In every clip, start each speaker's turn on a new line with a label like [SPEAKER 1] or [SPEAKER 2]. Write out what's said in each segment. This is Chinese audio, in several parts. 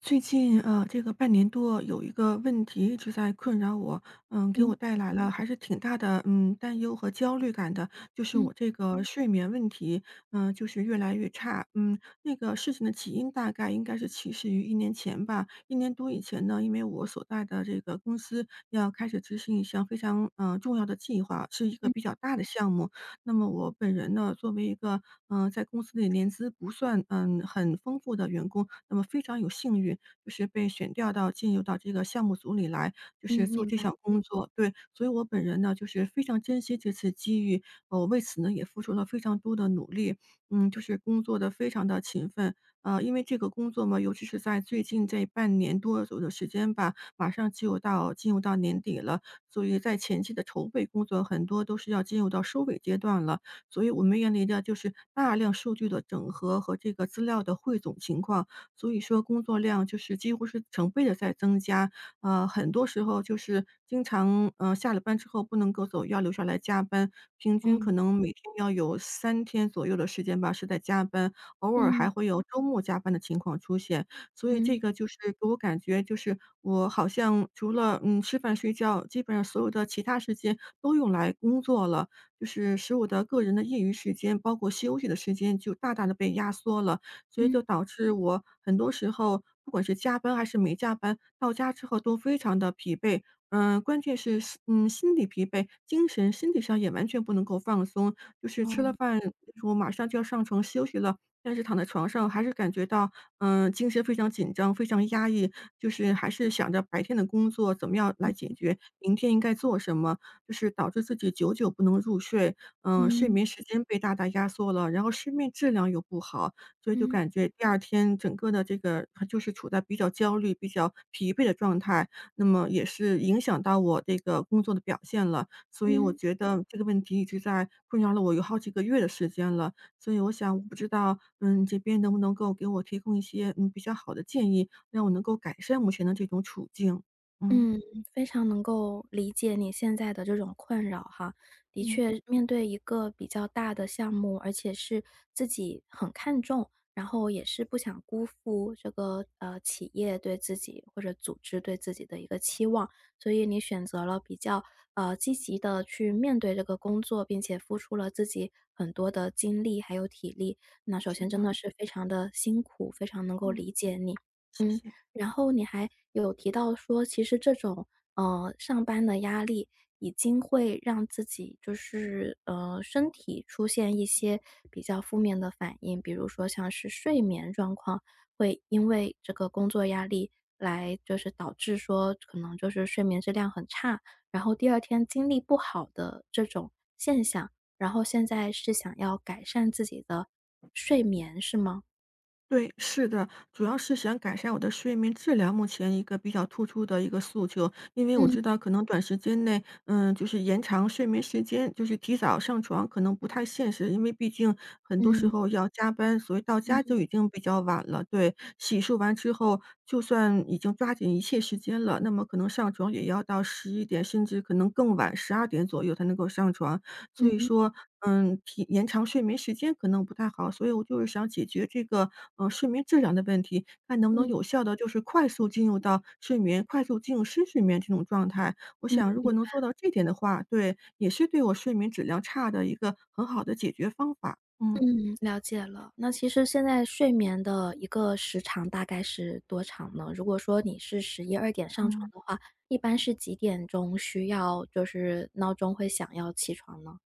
[SPEAKER 1] 最近这个半年多有一个问题一直在困扰我，给我
[SPEAKER 2] 嗯
[SPEAKER 1] 带来了还是挺大的担忧和焦虑感的，就是
[SPEAKER 2] 嗯
[SPEAKER 1] 我这个睡眠问题，就是越来越差，那个事情的起因大概应该是起始于一年前吧，一年多以前呢，因为我所在的这个公司要开始执行一项非常重要的计划，是一个
[SPEAKER 2] 嗯
[SPEAKER 1] 比较大的项目。那么我本人呢，作为一个在公司里年资不算很丰富的员工，那么非常有幸运，就是被选调到进入到这个项目组里来，就
[SPEAKER 2] 嗯，
[SPEAKER 1] 是做
[SPEAKER 2] 明
[SPEAKER 1] 这
[SPEAKER 2] 白，
[SPEAKER 1] 项工作。对，所以我本人呢，就是非常珍惜这次机遇，我为此呢也付出了非常多的努力，就是工作的非常的勤奋。因为这个工作嘛，尤其是在最近这半年多左右的时间吧，马上就进入到年底了。所以在前期的筹备工作很多都是要进入到收尾阶段了，所以我们面临的就是大量数据的整合和这个资料的汇总情况，所以说工作量就是几乎是成倍的在增加。很多时候就是经常，下了班之后不能够走，要留下来加班，平均可
[SPEAKER 2] 哦，
[SPEAKER 1] 能每天要有3天左右的时间吧，是在加班，偶尔
[SPEAKER 2] 嗯
[SPEAKER 1] 还会有周末加班的情况出现。所以
[SPEAKER 2] 嗯
[SPEAKER 1] 这个就是给我感觉，就是我好像除了，吃饭睡觉，基本上所有的其他时间都用来工作了，就是使我的个人的业余时间，包括休息的时间就大大的被压缩了。所以
[SPEAKER 2] 嗯，
[SPEAKER 1] 就导致我很多时候，不管是加班还是没加班，到家之后都非常的疲惫。关键是心理疲惫，精神身体上也完全不能够放松。就是吃了
[SPEAKER 2] 哦，
[SPEAKER 1] 饭，我马上就要上床休息了，但是躺在床上还是感觉到精神非常紧张，非常压抑，就是还是想着白天的工作怎么样来解
[SPEAKER 2] 嗯
[SPEAKER 1] 决，明天应该做什么，就是导致自己久久不能入睡。睡
[SPEAKER 2] 嗯
[SPEAKER 1] 眠时间被大大压缩了，然后睡眠质量又不好，所以就
[SPEAKER 2] 嗯
[SPEAKER 1] 感觉第二天整个的这个就是处在比较焦虑、比较疲惫的状态，那么也是影响到我这个工作的表现了。所以我
[SPEAKER 2] 嗯。
[SPEAKER 1] 觉得这个问题一直在困扰了我有好几个月的时间了，所以我想我不知道，你这边能不能够给我提供一些，比较好的建议，让我能够改善目前的这种处境？嗯。
[SPEAKER 2] 嗯，非常能够理解你现在的这种困扰哈。的
[SPEAKER 1] 嗯，
[SPEAKER 2] 确，面对一个比较大的项目，而且是自己很看重，然后也是不想辜负这个企业对自己或者组织对自己的一个期望，所以你选择了比较积极的去面对这个工作，并且付出了自己很多的精力还有体力。那首
[SPEAKER 1] 是
[SPEAKER 2] 先真
[SPEAKER 1] 的，
[SPEAKER 2] 的是非常的辛苦，非常能够
[SPEAKER 1] 嗯。
[SPEAKER 2] 理解你。
[SPEAKER 1] 谢
[SPEAKER 2] 嗯，
[SPEAKER 1] 谢。
[SPEAKER 2] 然后你还有提到说，其实这种上班的压力已经会让自己就是身体出现一些比较负面的反应，比如说像是睡眠状况会因为这个工作压力来就是导致说可能就是睡眠质量很差，然后第二天精力不好的这种现象。然后现在是想要改善自己的睡眠，是吗？
[SPEAKER 1] 对，是的，主要是想改善我的睡眠质量，目前一个比较突出的一个诉求。因为我
[SPEAKER 2] 嗯
[SPEAKER 1] 知道可能短时间内，就是延长睡眠时间，就是提早上床可能不太现实，因为毕竟很多时
[SPEAKER 2] 嗯
[SPEAKER 1] 候要加班，所以到家
[SPEAKER 2] 嗯
[SPEAKER 1] 就已经比较晚了。对，洗漱完之后，就算已经抓紧一切时间了，那么可能上床也要到十一点，甚至可能更晚十二点左右才能够上床。所以
[SPEAKER 2] 嗯
[SPEAKER 1] 说，延长睡眠时间可能不太好，所以我就是想解决这个，睡眠质量的问题，看能不能
[SPEAKER 2] 嗯
[SPEAKER 1] 有效的就是快速进入到睡眠，快速进入深睡眠这种状态。我想
[SPEAKER 2] 嗯。
[SPEAKER 1] 如果能做到这点的话，对，也是对我睡眠质量差的一个很好的解决方法，嗯
[SPEAKER 2] 嗯，了解了。那其实现在睡眠的一个时长大概是多长呢？如果说你是11、12点上床
[SPEAKER 1] 嗯。
[SPEAKER 2] 的话，一般是几点钟需要就是闹钟会响要起床呢？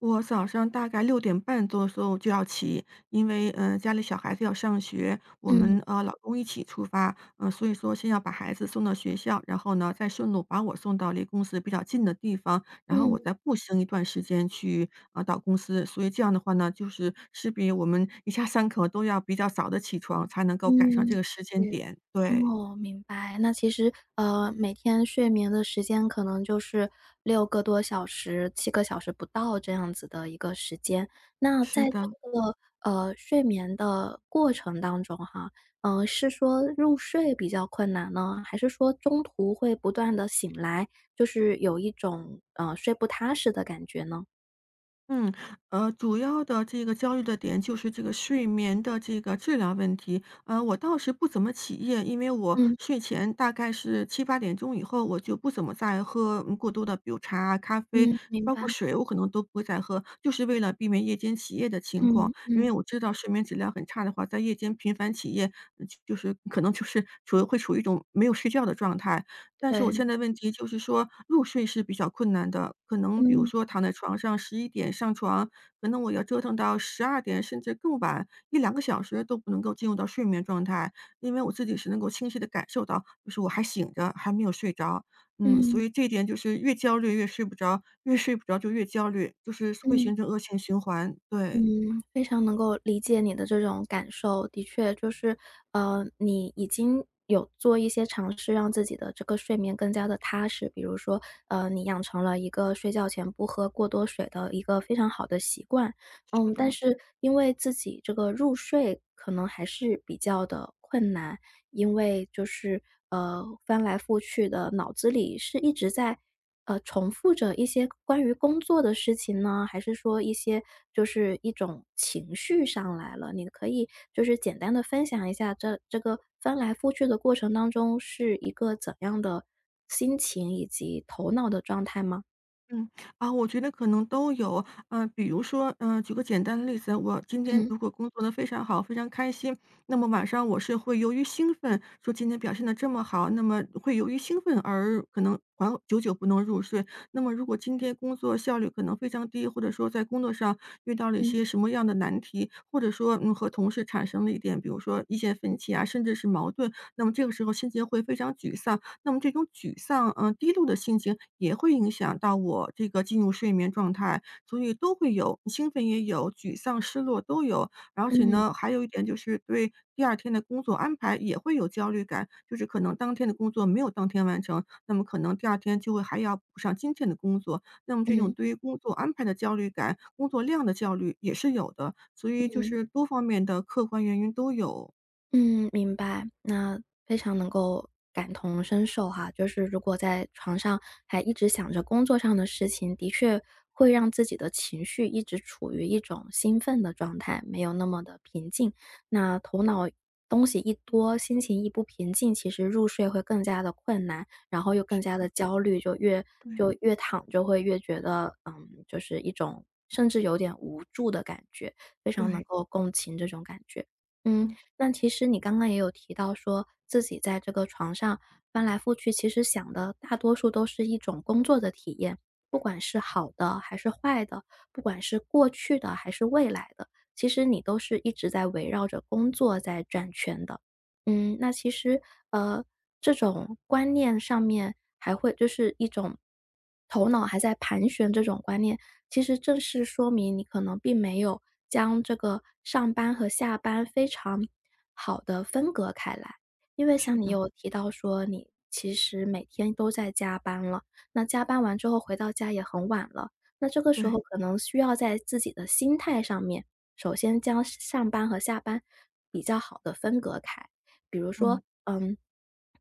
[SPEAKER 1] 我早上大概6点半多的时候就要起，因为，家里小孩子要上学，我
[SPEAKER 2] 嗯
[SPEAKER 1] 们，老公一起出发，所以说先要把孩子送到学校，然后呢，再顺路把我送到离公司比较近的地方，然后
[SPEAKER 2] 嗯
[SPEAKER 1] 我再步行一段时间去，到公司。所以这样的话呢，就是势必我们一家三口都要比较早的起床，才能够赶上
[SPEAKER 2] 嗯，
[SPEAKER 1] 这个时间
[SPEAKER 2] 对。
[SPEAKER 1] 点，对，
[SPEAKER 2] 哦，明白。那其实，每天睡眠的时间可能就是6个多小时、7个小时不到这样子的一个时间。那在
[SPEAKER 1] 是的。
[SPEAKER 2] 这个，睡眠的过程当中哈，是说入睡比较困难呢？还是说中途会不断的醒来，就是有一种，睡不踏实的感觉呢？
[SPEAKER 1] 嗯，主要的这个焦虑的点就是这个睡眠的这个质量问题。我倒是不怎么起夜，因为我
[SPEAKER 2] 嗯，
[SPEAKER 1] 睡前大概是7、8点钟以后，我就不怎么再喝过多的，比如茶啊、咖啡，
[SPEAKER 2] 嗯，明
[SPEAKER 1] 包括
[SPEAKER 2] 白。
[SPEAKER 1] 水我可能都不会再喝，就是为了避免夜间起夜的情况。
[SPEAKER 2] 嗯，
[SPEAKER 1] 因为
[SPEAKER 2] 嗯，
[SPEAKER 1] 我知道睡眠质量很差的话，在夜间频繁起夜，就是可能就是会处于一种没有睡觉的状态，但是我
[SPEAKER 2] 对，
[SPEAKER 1] 现在问题就是说入睡是比较困难的，可能比如
[SPEAKER 2] 嗯，
[SPEAKER 1] 说躺在床上十一点上床，可能我要折腾到十二点甚至更晚1、2个小时都不能够进入到睡眠状态。因为我自己是能够清晰的感受到，就是我还醒着，还没有睡着。所
[SPEAKER 2] 嗯，
[SPEAKER 1] 以这一点就是越焦虑越睡不着，越睡不着就越焦虑，就是会
[SPEAKER 2] 嗯。
[SPEAKER 1] 形成恶性循环，
[SPEAKER 2] 嗯，
[SPEAKER 1] 对，
[SPEAKER 2] 非常能够理解你的这种感受。的确，就是，你已经有做一些尝试，让自己的这个睡眠更加的踏实。比如说，你养成了一个睡觉前不喝过多水的一个非常好的习惯。
[SPEAKER 1] 是
[SPEAKER 2] 嗯，但嗯
[SPEAKER 1] 的。
[SPEAKER 2] 是因为自己这个入睡可能还是比较的困难，因为就是翻来覆去的，脑子里是一直在重复着一些关于工作的事情呢，还是说一些就是一种情绪上来了？你可以就是简单的分享一下这个翻来覆去的过程当中是一个怎样的心情以及头脑的状态吗？
[SPEAKER 1] 嗯，我觉得可能都有。比如说，举个简单的例子，我今天
[SPEAKER 2] 嗯
[SPEAKER 1] 如果工作的非常好，非常开心，那么晚上我是会由于兴奋，说今天表现的这么好，那么会由于兴奋而可能还久久不能入睡。那么如果今天工作效率可能非常低，或者说在工作上遇到了一
[SPEAKER 2] 嗯
[SPEAKER 1] 些什么样的难题，或者说，和同事产生了一点，比如说意见分歧啊，甚至是矛盾，那么这个时候心情会非常沮丧。那么这种沮丧，低落的心情也会影响到我这个进入睡眠状态，所以都会有，兴奋也有，沮丧、失落都有。而且
[SPEAKER 2] 嗯
[SPEAKER 1] 呢，还有一点就是对第二天的工作安排也会有焦虑感，就是可能当天的工作没有当天完成，那么可能第二天就会还要补上今天的工作，那么这种
[SPEAKER 2] 嗯
[SPEAKER 1] 对于工作安排的焦虑感、工作量的焦虑也是有的，所以就
[SPEAKER 2] 嗯。
[SPEAKER 1] 是多方面的客观原因都有。
[SPEAKER 2] 嗯，明白。那非常能够感同身受哈，就是如果在床上还一直想着工作上的事情，的确会让自己的情绪一直处于一种兴奋的状态，没有那么的平静。那头脑东西一多，心情一不平静，其实入睡会更加的困难，然后又更
[SPEAKER 1] 是的，
[SPEAKER 2] 加的
[SPEAKER 1] 嗯
[SPEAKER 2] 焦虑，就越
[SPEAKER 1] 对
[SPEAKER 2] 就越躺就会越觉得，嗯，就是一种甚至有点无助的感觉，非常能
[SPEAKER 1] 对，
[SPEAKER 2] 够共情这种感觉。嗯，
[SPEAKER 1] 嗯，
[SPEAKER 2] 那其实你刚刚也有提到说，自己在这个床上翻来覆去，其实想的大多数都是一种工作的体验，不管是好的还是坏的，不管是过去的还是未来的，其实你都是一直在围绕着工作在转圈的。嗯，那其实呃，这种观念上面还会就是一种头脑还在盘旋这种观念，其实正是说明你可能并没有将这个上班和下班非常好的分隔开来。因为
[SPEAKER 1] 是
[SPEAKER 2] 像你
[SPEAKER 1] 的，
[SPEAKER 2] 有提到说你其实每天都在加班了，那加班完之后回到家也很晚了，那这个时候
[SPEAKER 1] 对，
[SPEAKER 2] 可能需要在自己的心态上面，首先将上班和下班比较好的分隔开。比如说，
[SPEAKER 1] 嗯。
[SPEAKER 2] 嗯，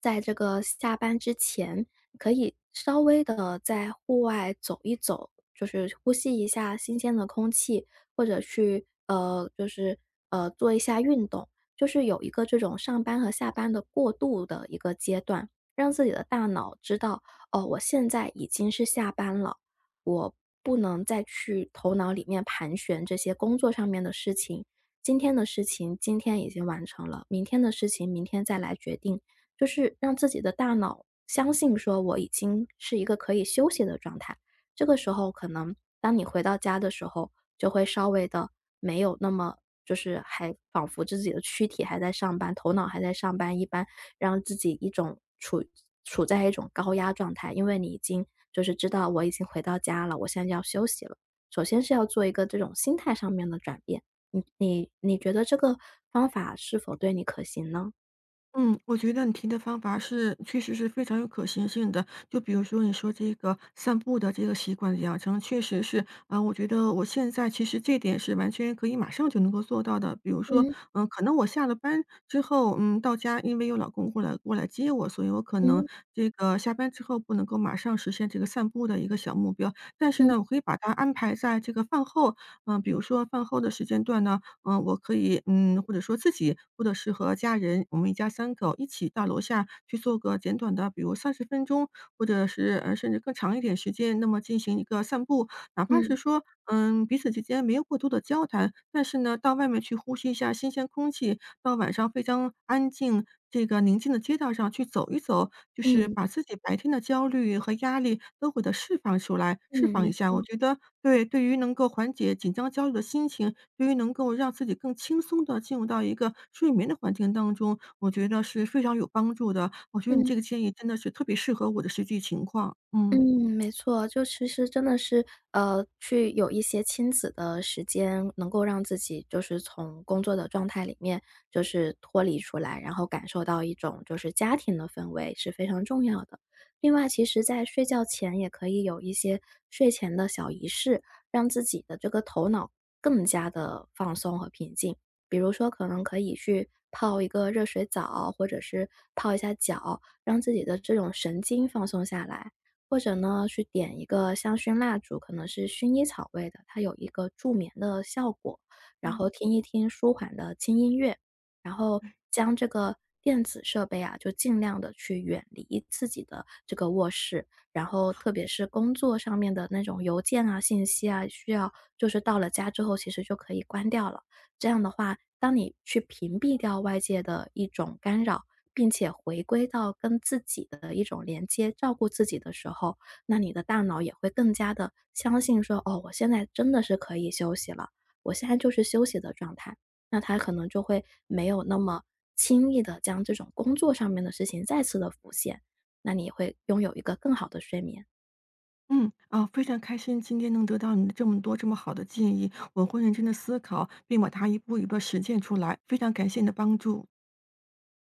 [SPEAKER 2] 在这个下班之前，可以稍微的在户外走一走，就是呼吸一下新鲜的空气，或者去就是做一下运动，就是有一个这种上班和下班的过渡的一个阶段，让自己的大脑知道，哦，我现在已经是下班了，我不能再去头脑里面盘旋这些工作上面的事情。今天的事情今天已经完成了，明天的事情明天再来决定，就是让自己的大脑相信说我已经是一个可以休息的状态。这个时候可能当你回到家的时候，就会稍微的没有那么就是还仿佛自己的躯体还在上班，头脑还在上班一般，让自己一种处在一种高压状态。因为你已经就是知道我已经回到家了，我现在就要休息了。首先是要做一个这种心态上面的转变，你觉得这个方法是否对你可行呢？
[SPEAKER 1] 嗯，我觉得你提的方法是确实是非常有可行性的。就比如说你说这个散步的这个习惯养成，确实是，我觉得我现在其实这点是完全可以马上就能够做到的。比如说，
[SPEAKER 2] 嗯
[SPEAKER 1] 可能我下了班之后，到家因为有老公过来接我，所以我可能
[SPEAKER 2] 嗯
[SPEAKER 1] 这个下班之后不能够马上实现这个散步的一个小目标，但是
[SPEAKER 2] 嗯
[SPEAKER 1] 呢，我可以把它安排在这个饭后，比如说饭后的时间段呢。我可以或者说自己，或者是和家人，我们一家三口一起到楼下去做个简短的，比如30分钟，或者是，甚至更长一点时间，那么进行一个散步。哪怕
[SPEAKER 2] 嗯
[SPEAKER 1] 是说，彼此之间没有过多的交谈，但是呢，到外面去呼吸一下新鲜空气，到晚上非常安静、这个宁静的街道上去走一走，就是
[SPEAKER 2] 嗯。
[SPEAKER 1] 把自己白天的焦虑和压力都给它释放出来，
[SPEAKER 2] 嗯，
[SPEAKER 1] 释放
[SPEAKER 2] 没
[SPEAKER 1] 一下。我
[SPEAKER 2] 错，
[SPEAKER 1] 觉得对，对于能够缓解紧张焦虑的心情，对于能够让自己更轻松的进入到一个睡眠的环境当中，我觉得是非常有帮助的。我觉得你
[SPEAKER 2] 嗯。
[SPEAKER 1] 这个建议真的是特别适合我的实际情况，
[SPEAKER 2] 嗯，
[SPEAKER 1] 嗯。
[SPEAKER 2] 没错，就其实真的是，去有一些亲子的时间，能够让自己就是从工作的状态里面就是脱离出来，然后感受到一种就是家庭的氛围是非常重要的。另外，其实在睡觉前也可以有一些睡前的小仪式，让自己的这个头脑更加的放松和平静。比如说，可能可以去泡一个热水澡，或者是泡一下脚，让自己的这种神经放松下来。或者呢，去点一个香薰蜡烛，可能是薰衣草味的，它有一个助眠的效果。然
[SPEAKER 1] 嗯，
[SPEAKER 2] 后听一听舒缓的轻音乐，然后
[SPEAKER 1] 对。
[SPEAKER 2] 将这个电子设备啊，就尽量的去远离自己的这个卧室。然后特别是工作上面的那种邮件啊、信息啊，需要就是到了家之后其实就可以关掉了。这样的话，当你去屏蔽掉外界的一种干扰，并且回归到跟自己的一种连接，照顾自己的时候，那你的大脑也会更加的相信说：“哦，我现在真的是可以休息了，我现在就是休息的状态。”那他可能就会没有那么轻易的将这种工作上面的事情再次的浮现，那你会拥有一个更好的睡眠。
[SPEAKER 1] 非常开心今天能得到你的这么多这么好的建议，我会认真的思考，并把它一步一步地实践出来，非常感谢你的帮助。